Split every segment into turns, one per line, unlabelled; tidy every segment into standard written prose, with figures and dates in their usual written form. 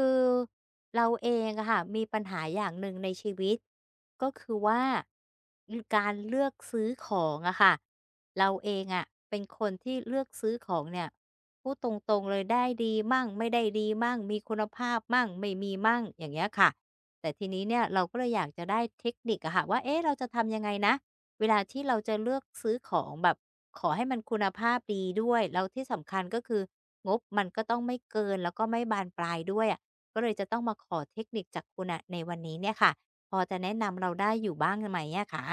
คือเราเองอะค่ะมีปัญหาอย่างหนึ่งในชีวิตก็คือว่าการเลือกซื้อของอะค่ะเราเองอะเป็นคนที่เลือกซื้อของเนี่ยพูดตรงๆเลยได้ดีมั่งไม่ได้ดีมั่งมีคุณภาพมั่งไม่มีมั่งอย่างเงี้ยค่ะแต่ทีนี้เนี่ยเราก็เลยอยากจะได้เทคนิคอะค่ะว่าเอ๊ะเราจะทำยังไงนะเวลาที่เราจะเลือกซื้อของแบบขอให้มันคุณภาพดีด้วยแล้วที่สำคัญก็คืองบมันก็ต้องไม่เกินแล้วก็ไม่บานปลายด้วยอะ ก็เลยจะต้องมาขอเทคนิคจากคุณอ่ะในวันนี้เนี่ยค่ะ พอจะแนะนำเราได้อยู่บ้างไหมอะคะ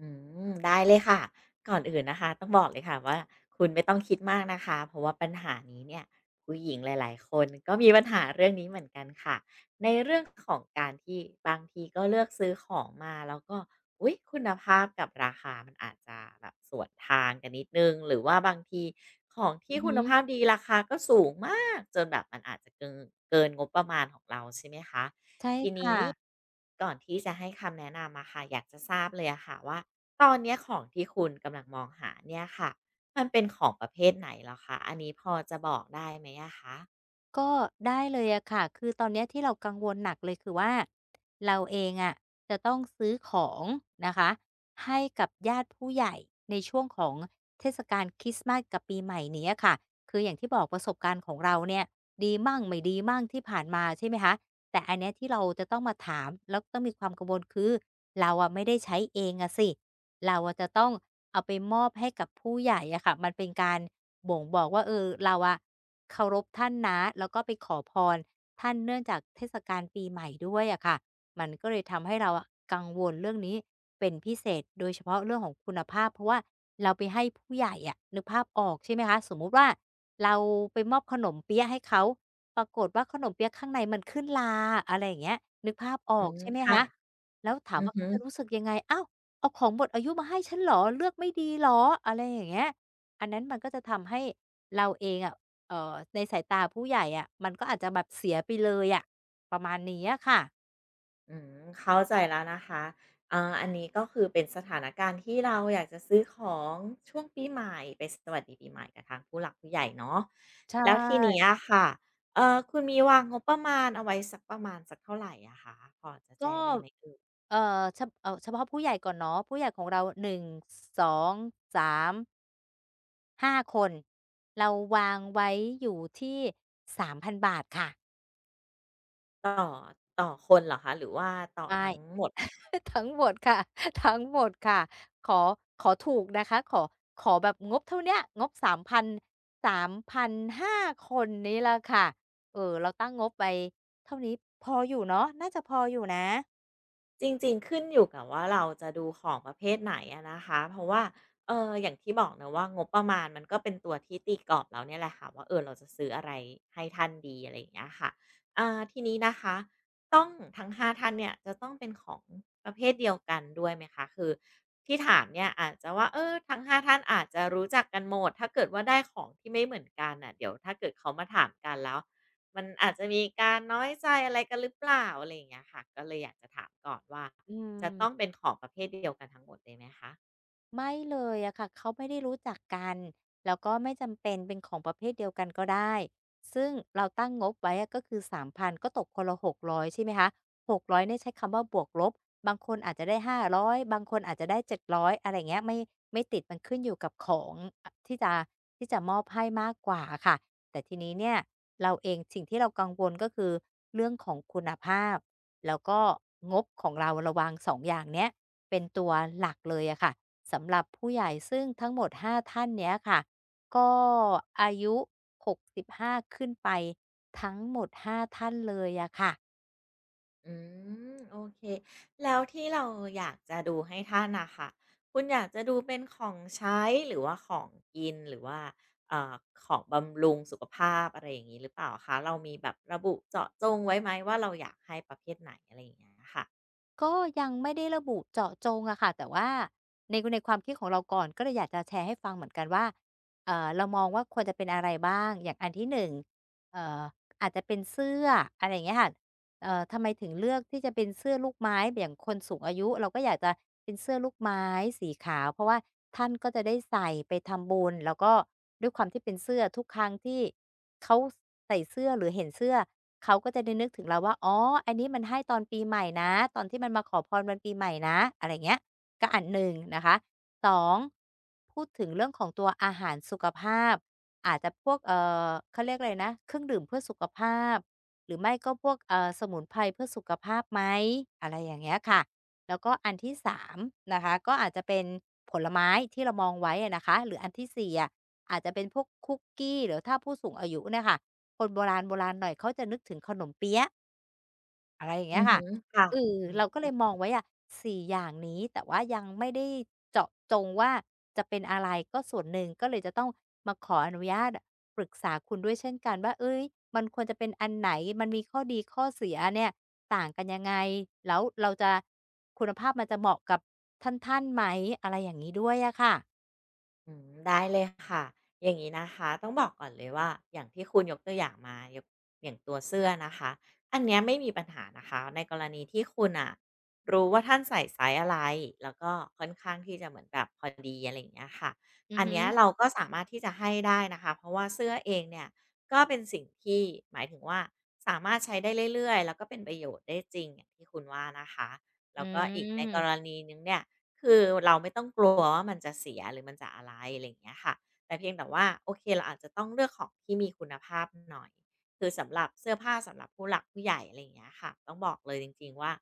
อืมได้เลยค่ะก่อนอื่นนะคะต้องบอกเลยค่ะว่าคุณไม่ต้องคิดมากนะคะเพราะว่าปัญหานี้เนี่ยผู้หญิงหลายๆคนก็มีปัญหาเรื่องนี้เหมือนกันค่ะในเรื่องของการที่บางทีก็เลือกซื้อของมาแล้วก็อุ๊ยคุณภาพกับราคามันอาจจะแบบสวนทางกันนิดหนึ่งหรือว่าบางทีของ
อื
ที่
อ
คุณ
ฮึ
ภาพดีราคาก็สูงมากจนแบบมันอาจจะเกินงบประมาณของเราใช่ไหมคะ
ใช่ค่ะ
ก่อนที่จะให้คำแนะนำอะค่ะอยากจะทราบเลยอะค่ะว่าตอนเนี้ยของที่คุณกำลังมองหาเนี่ยค่ะมันเป็นของประเภทไหนเหรอคะอันนี้พอจะบอกได้ไหมอะคะ
ก็ได้เลยอะค่ะ คือตอนเนี้ยที่เรากังวลหนักเลยคือว่าเราเองอะจะต้องซื้อของนะคะให้กับญาติผู้ใหญ่ในช่วงของเทศกาลคริสต์มาสกับปีใหม่เนี้ยค่ะคืออย่างที่บอกประสบการณ์ของเราเนี่ยดีมั่งไม่ดีมั่งที่ผ่านมาใช่ไหมคะแต่อันเนี้ยที่เราจะต้องมาถามแล้วก็ต้องมีความกังวลคือเราอะไม่ได้ใช้เองอะสิเราอะจะต้องเอาไปมอบให้กับผู้ใหญ่อะค่ะมันเป็นการบ่งบอกว่าเออเราอะ เคารพท่านนะแล้วก็ไปขอพรท่านเนื่องจากเทศกาลปีใหม่ด้วยอะค่ะมันก็เลยทำให้เราอะกังวลเรื่องนี้เป็นพิเศษโดยเฉพาะเรื่องของคุณภาพเพราะว่าเราไปให้ผู้ใหญ่อะนึกภาพออกใช่ไหมคะสมมุติว่าเราไปมอบขนมเปี๊ยะให้เขาปรากฏว่าขนมเปี๊ยะข้างในมันขึ้นราอะไรอย่างเงี้ยนึกภาพออ
อื
ก
ม
ใช่ไหม
ค่ะ
คะแล้วถาม
อือ
ว่า
ฮึ
เขาจะรู้สึกยังไงอ้าวเอาของหมดอายุมาให้ฉันเหรอเลือกไม่ดีเหรออะไรอย่างเงี้ยอันนั้นมันก็จะทำให้เราเองอะ ในสายตาผู้ใหญ่อะมันก็อาจจะแบบเสียไปเลยอะประมาณนี้อะค่ะ
อืมเข้าใจแล้วนะคะอ่าอันนี้ก็คือเป็นสถานการณ์ที่เราอยากจะซื้อของช่วงปีใหม่ไปสวัสดีปีใหม่กับทางผู้หลักผู้ใหญ่เนาะ
ใช
แล้วทีเนี้ย
่
ค่ะคุณมีวางงบประมาณเอาไว้สักประมาณสักเท่าไรอะคะพอจะ
ก็
แจ้งได้ไหมเอ่ย
เอ่อเฉเอ่อเฉพาะผู้ใหญ่ก่อนเนาะผู้ใหญ่ของเรา1 2 3 5คนเราวางไว้อยู่ที่3,000บาทค่ะ
ต่อต่อคนเหรอคะหรือว่าต่อ
ใช่
ทั้งหมด
ทั้งหมดค่ะ ทั้งหมดค่ะขอขอถูกนะคะขอขอแบบงบเท่าเนี้ยงบสามพันห้าคนนี้แหละค่ะเราตั้งงบไว้เท่านี้พออยู่เนาะน่าจะพออยู่นะ
จริงๆขึ้นอยู่กับว่าเราจะดูของประเภทไหนอะนะคะเพราะว่าอย่างที่บอกเนาะว่างบประมาณมันก็เป็นตัวที่ตีกรอบเราเนี่ยแหละค่ะว่าเออเราจะซื้ออะไรให้ท่านดีอะไรอย่างเงี้ยค่ะอ่าทีนี้นะคะต้องทั้ง5ท่านเนี่ยจะต้องเป็นของประเภทเดียวกันด้วยไหมคะคือที่ถามเนี่ยอาจจะว่าเออทั้ง5ท่านอาจจะรู้จักกันหมดถ้าเกิดว่าได้ของที่ไม่เหมือนกันน่ะเดี๋ยวถ้าเกิดเขามาถามกันแล้ว มันอาจจะมีการน้อยใจอะไรกันหรือเปล่าอะไรอย่างเงี้ยค่ะก็เลยอยากจะถามก่อนว่า
อื
จะต้อง
ม
เป็นของประเภทเดียวกันทั้งหมดเลยไหมคะ
ไม่เลยอะค่ะเขาไม่ได้รู้จักกันแล้วก็ไม่จำเป็นเป็นของประเภทเดียวกันก็ได้ซึ่งเราตั้งงบไว้อะก็คือ3,000ก็ตกคนละ600ใช่ไหมคะ600เนี่ยใช้คำว่าบวกลบบางคนอาจจะได้5 0ยบางคนอาจจะได้700อะไรอย่ไรเงี้ยไม่ติดมันขึ้นอยู่กับของอที่จะมอบให้มากกว่าอะค่ะแต่ทีนี้เนี่ยเราเองสิ่งที่เรากังวลก็คือเรื่องของคุณภาพแล้วก็งบของเราเราวางสองอย่างเนี้ยเป็นตัวหลักเลยอะค่ะ สำหรับผู้ใหญ่ซึ่งทั้งหมด5ท่านเนี้ยค่ะก็อายุ65ขึ้นไปทั้งหมด5ท่านเลยอะค่ะ
อืมโอเคแล้วที่เราอยากจะดูให้ท่านน่ะค่ะคุณอยากจะดูเป็นของใช้หรือว่าของกินหรือว่าเอ่อของบำรุงสุขภาพอะไรอย่างงี้หรือเปล่าคะเรามีแบบระบุเจาะจงไว้ไหมว่าเราอยากให้ประเภทไหนอะไรอย่างเงี้ยค่ะ
ก็ยังไม่ได้ระบุเจาะจงอะค่ะแต่ว่าในความคิดของเราก่อนก็เลยอยากจะแชร์ให้ฟังเหมือนกันว่าเรามองว่าควรจะเป็นอะไรบ้างอย่างอันที่1เอ่ออาจจะเป็นเสื้ออะไรอย่างเงี้ยค่ะ ทำไมถึงเลือกที่จะเป็นเสื้อลูกไม้อย่างคนสูงอายุเราก็อยากจะเป็นเสื้อลูกไม้สีขาวเพราะว่าท่านก็จะได้ใส่ไปทำบุญแล้วก็ด้วยความที่เป็นเสื้อทุกครั้งที่เขาใส่เสื้อหรือเห็นเสื้อเขาก็จะได้นึกถึงเราว่าอ๋ออันนี้มันให้ตอนปีใหม่นะตอนที่มันมาขอพรวันปีใหม่นะอะไรเงี้ยก็อันหนึ่งนะคะสองพูดถึงเรื่องของตัวอาหารสุขภาพอาจจะพวกเขาเรียกอะไรนะเครื่องดื่มเพื่อสุขภาพ หรือไม่ก็พวกสมุนไพรเพื่อสุขภาพไหมอะไรอย่างเงี้ยค่ะแล้วก็อันที่3นะคะก็อาจจะเป็นผลไม้ที่เรามองไว้อะนะคะหรืออันที่4อะอาจจะเป็นพวกคุกกี้หรือถ้าผู้สูงอายุเนี่ยค่ะคนโบราณโบราณหน่อยเขาจะนึกถึงขนมเปี๊ยะ อะไรอย่างเงี้
อื
ย
อฮึ
ค่ะ
ค่ะ
เออเราก็เลยมองไว้อะสี่อย่างนี้แต่ว่ายังไม่ได้เจาะจงว่าจะเป็นอะไรก็ส่วนหนึ่งก็เลยจะต้องมาขออนุญาตปรึกษาคุณด้วยเช่นกันว่าเฮ้ยมันควรจะเป็นอันไหนมันมีข้อดีข้อเสียเนี่ยต่างกันยังไงแล้วเราจะคุณภาพมันจะเหมาะกับท่านๆไหมอะไรอย่างงี้ด้วยอะค่ะ
อืมได้เลยค่ะอย่างงี้นะคะต้องบอกก่อนเลยว่าอย่างที่คุณยกตัวอย่างมาอย่างตัวเสื้อนะคะอันเนี้ยไม่มีปัญหานะคะในกรณีที่คุณอะรู้ว่าท่านใส่ไซส์อะไรแล้วก็ค่อนข้างที่จะเหมือนแบบพอดีอะไรอย่างเงี้ยค่ะ
อือ
อัน
ฮึ
เนี้ยเราก็สามารถที่จะให้ได้นะคะเพราะว่าเสื้อเองเนี่ยก็เป็นสิ่งที่หมายถึงว่าสามารถใช้ได้เรื่อยๆแล้วก็เป็นประโยชน์ได้จริงอย่างที่คุณว่านะคะแล้
อื
วก็อีกในกร
ม
ณีหนึ่งเนี่ย คือเราไม่ต้องกลัวว่ามันจะเสียหรือมันจะอะไรอะไรอย่างเงี้ยค่ะแต่เพียงแต่ว่าโอเคเราอาจจะต้องเลือกของที่มีคุณภาพหน่อยคือสำหรับเสื้อผ้าสำหรับผู้หลักผู้ใหญ่อะไรอย่างเงี้ยค่ะต้องบอกเลยจริงๆว่า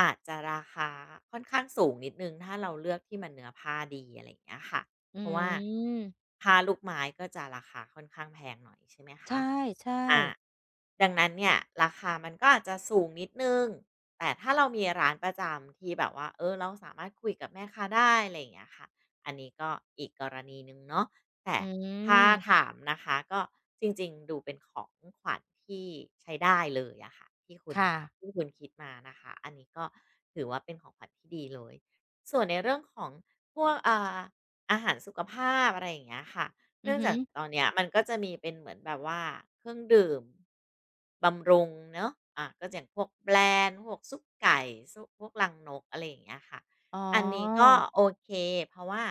อาจจะราคาค่อนข้างสูงนิดนึงถ้าเราเลือกที่มันเนื้อผ้าดีอะไรอย่างเงี้ยค่ะ
อื
เพราะว่า
ม
ผ้าลูกไม้ก็จะราคาค่อนข้างแพงหน่อยใช่ไหม
ใช
คะ
่
อา
ๆ
ดังนั้นเนี่ยราคามันก็อาจจะสูงนิดนึงแต่ถ้าเรามีร้านประจำที่แบบว่าเออเราสามารถคุยกับแม่ค้าได้อะไรอย่างเงี้ยค่ะ อันนี้ก็อีกกรณีหนึ่งเนาะแต่
อื
ถ้า
ม
ถามนะคะก็จริงๆดูเป็นของขวัญที่ใช้ได้เลยอะค่ะที่คุณ
ค่ะ
คิดมานะคะอันนี้ก็ถือว่าเป็นของขวัญที่ดีเลย ส่วนในเรื่องของพวกอาหารสุขภาพอะไรอย่างเงี้ยค่ะ
อื
เนื่
อ
อง
ฮึ
จากตอนเนี้ยมันก็จะมีเป็นเหมือนแบบว่าเครื่องดื่มบำรุงเนอะ อ่ะก็อย่างพวกแบรนด์พวกซุปไก่ซุปพวกลังนกอะไรอย่างเงี้ยค่ะ
อ๋อ
อันนี้ก็โอเคเพราะว่า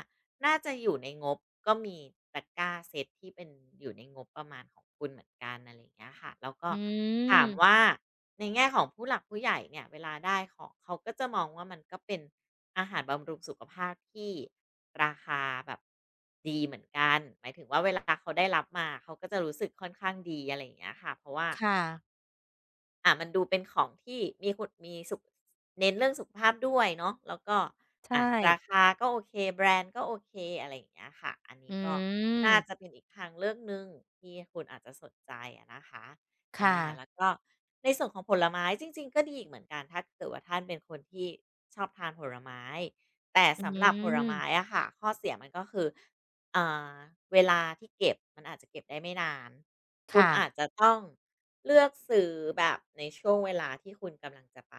น่าจะอยู่ในงบก็มีตะกร้าเซตที่เป็นอยู่ในงบประมาณของคุณเหมือนกันอะไรอย่างเงี้ยค่ะแล้วก็
อื
ถา
ม
มว่าในแง่ของผู้หลักผู้ใหญ่เนี่ยเวลาได้ของเขาก็จะมองว่ามันก็เป็นอาหารบำรุงสุขภาพที่ราคาแบบดีเหมือนกันหมายถึงว่าเวลาเขาได้รับมาเขาก็จะรู้สึกค่อนข้างดีอะไรอย่างเงี้ยค่ะเพราะว่า
ค่ะ
อ่ะมันดูเป็นของที่มีคุณมีสุขเน้นเรื่องสุขภาพด้วยเนาะแล้วก็
ใช่
อ่ะราคาก็โอเคแบรนด์ก็โอเคอะไรอย่างเงี้ยค่ะอันนี้
อื
ก็น่าจะ
ม
เป็นอีกทางเลือกหนึ่งที่คุณอาจจะสนใจอะนะคะ
ค
แล้ว
่ะ
ก็ในส่วนของผลไม้จริงๆก็ดีอีกเหมือนกันถ้าเกิดว่าท่านเป็นคนที่ชอบทานผลไม้แต่
อื
สำหรับผลไม้
ม
อะค่ะข้อเสียมันก็คือ อ่าเวลาที่เก็บมันอาจจะเก็บได้ไม่นานคุณ
ค่ะ
อาจจะต้องเลือกซื้อแบบในช่วงเวลาที่คุณกำลังจะไป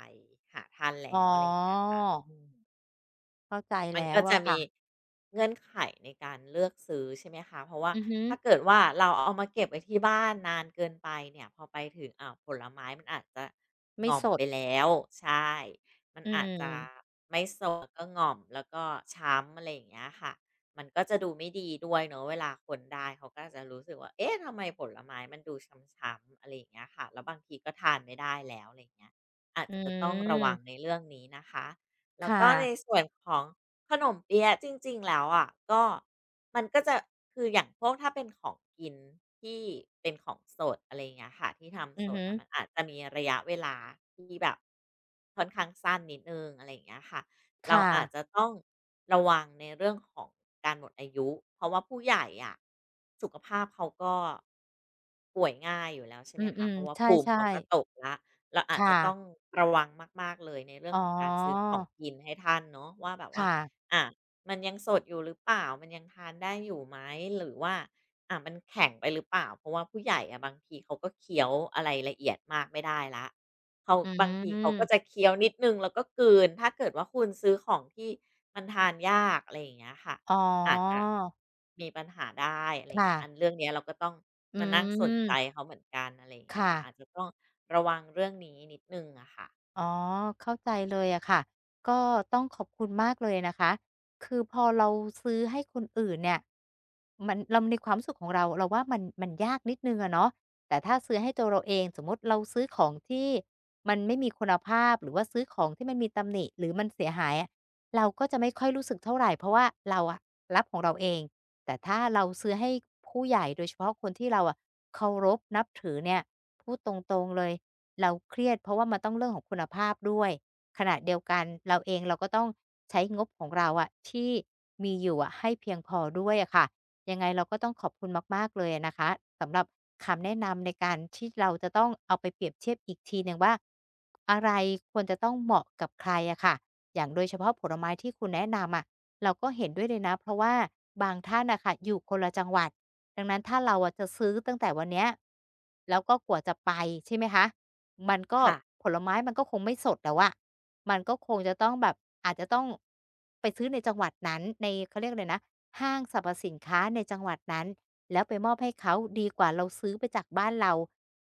หาทาน
อ๋
แล้
อ
วอะไรอย่างเงี้ยค่ะอืม
เข้าใจ
มัน
แล้
ก็
ว
จะ
อะ
มี
ค่ะ
เงื่อนไขในการเลือกซื้อใช่ไหมคะเพราะว่า
อือฮึ
ถ้าเกิดว่าเราเอามาเก็บไว้ที่บ้านนานเกินไปเนี่ยพอไปถึงอ่าวผลไม้มันอาจจะห
ไม่
ง่อม
ส
ไป
ด
แล้วใช่มัน
อื
อาจจะ
ม
ไม่สดก็หง่อมแล้วก็ช้ำอะไรอย่างเงี้ยค่ะมันก็จะดูไม่ดีด้วยเนอะเวลาคนได้เขาก็อจะรู้สึกว่าเอ๊ะทำไมผลไม้มันดูช้ำๆอะไรอย่างเงี้ยค่ะแล้วบางทีก็ทานไม่ได้แล้วอะไรอย่างเงี้ยอาจ
อื
จะต้องระวังใน
ม
เรื่องนี้นะคะแล้
ค
วก็ใน
่ะ
ส่วนของ ขนมเปี๊ยะจริงๆแล้วอ่ะก็มันก็จะคืออย่างพวกถ้าเป็นของกินที่เป็นของสดอะไรอย่างเงี้ยค่ะที่
อื
ทำส
อ
ด
ฮึ
อะมันอาจจะมีระยะเวลาที่แบบค่อนข้างสั้นนิดนึงอะไรอย่างเงี้ยค่ะ
ค
เราอาจจะ
่ะ
ต้องระวังในเรื่องของการหมดอายุเพราะว่าผู้ใหญ่อ่ะสุขภาพเขาก็ป่วยง่ายอยู่แล้วใช่
อื
ไหมคะเพ
ม
ราะว่า
ๆใช
ภูมิ
่
เขาก็ต
ๆ
กละเราอาจจะ
ค่ะ
ต้องระวังมากๆเลยในเรื่อง
อ๋อ
ของการซื้อของกินให้ท่านเนาะว่าแบบว่า
ค่ะ
อ่ะมันยังสดอยู่หรือเปล่ามันยังทานได้อยู่ไหมหรือว่าอ่ะมันแข็งไปหรือเปล่าเพราะว่าผู้ใหญ่อะบางทีเขาก็เคี้ยวอะไรละเอียดมากไม่ได้แล้วเขา
อื
บางทีเขาก็จะ
ม
เคี้ยวนิดนึงแล้วก็กลืนถ้าเกิดว่าคุณซื้อของที่มันทานยากอะไรอย่างเงี้ยค่ะ
อ๋อ
อาจจะมีปัญหาได้อะไรอย่าง
ค่ะ
เงี้ยอันเรื่องเนี้ยเราก็ต้อง
อื
มานั่งสนใจ
ม
เขาเหมือนกันอะไรอย่างเงี้ย
ค่ะ
ค่ะอาจจะต้องระวังเรื่องนี้นิดนึงอะค่ะ
อ๋อเข้าใจเลยอะค่ะก็ต้องขอบคุณมากเลยนะคะคือพอเราซื้อให้คนอื่นเนี่ยมันเราในความรู้สึกของเราเราว่ามันยากนิดหนึ่งอะเนาะแต่ถ้าซื้อให้ตัวเราเองสมมุติเราซื้อของที่มันไม่มีคุณภาพหรือว่าซื้อของที่มันมีตำหนิหรือมันเสียหายอะเราก็จะไม่ค่อยรู้สึกเท่าไรเพราะว่าเราอะรับของเราเองแต่ถ้าเราซื้อให้ผู้ใหญ่โดยเฉพาะคนที่เราอะเคารพนับถือเนี่ยพูดตรงๆเลย เราเครียดเพราะว่ามันต้องเรื่องของคุณภาพด้วยขณะเดียวกันเราเองเราก็ต้องใช้งบของเราอะที่มีอยู่อะให้เพียงพอด้วยอะค่ะยังไงเราก็ต้องขอบคุณมากๆเลยอะนะคะสำหรับคำแนะนำในการที่เราจะต้องเอาไปเปรียบเทียบอีกทีหนึ่งว่าอะไรควรจะต้องเหมาะกับใครอะค่ะอย่างโดยเฉพาะผลไม้ที่คุณแนะนำอะเราก็เห็นด้วยเลยนะเพราะว่าบางท่านน่ะค่ะอยู่คนละจังหวัดดังนั้นถ้าเราอะจะซื้อตั้งแต่วันเนี้ยแล้วก็กว่าจะไปใช่ไหมคะ มันก็
ค่ะ
ผลไม้มันก็คงไม่สดแล้วอะมันก็คงจะต้องแบบอาจจะต้องไปซื้อในจังหวัดนั้นในเขาเรียกอะไรนะห้างสรรพสินค้าในจังหวัดนั้นแล้วไปมอบให้เขาดีกว่าเราซื้อไปจากบ้านเรา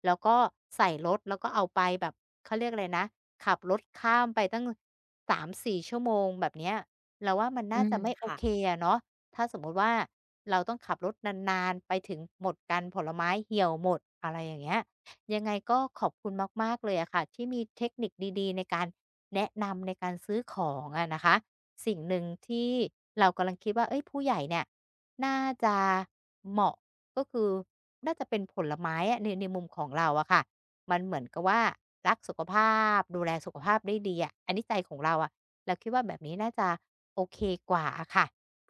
แล้วก็ใส่รถแล้วก็เอาไปแบบเขาเรียกอะไรนะขับรถข้ามไปตั้ง3-4ชั่วโมงแบบเนี้ยเราว่ามัน
อื
น่า
ม
จะไม่โอ
ค่ะ
เคอะเนาะถ้าสมมุติว่าเราต้องขับรถนานๆไปถึงหมดกันผลไม้เหี่ยวหมดอะไรอย่างเงี้ย ยังไงก็ขอบคุณมากๆเลยอะค่ะที่มีเทคนิคดีๆในการแนะนำในการซื้อของอะนะคะสิ่งหนึ่งที่เรากำลังคิดว่าเฮ้ยผู้ใหญ่เนี่ยน่าจะเหมาะก็คือน่าจะเป็นผลไม้อะในมุมของเราอะค่ะมันเหมือนกับว่ารักสุขภาพดูแลสุขภาพได้ดีอะอันนี้ใจของเราอะเราคิดว่าแบบนี้น่าจะโอเคกว่าอะค่ะ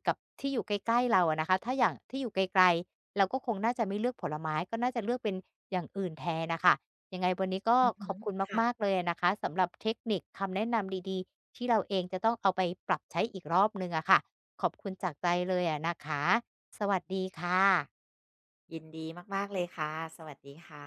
กับที่อยู่ใกล้ๆเราอะนะคะถ้าอย่างที่อยู่ไกลๆ เราก็คงน่าจะไม่เลือกผลไม้ก็น่าจะเลือกเป็นอย่างอื่นแทนน่ะค่ะยังไงวันนี้ก็
อือ
ข
ฮึ
อบคุณ
ค่ะ
มากๆเลยอะนะคะสำหรับเทคนิคคำแนะนำดีๆที่เราเองจะต้องเอาไปปรับใช้อีกรอบหนึ่งอะค่ะขอบคุณจากใจเลยอะนะคะสวัสดีค่ะ
ยินดีมากๆเลยค่ะ สวัสดีค่ะ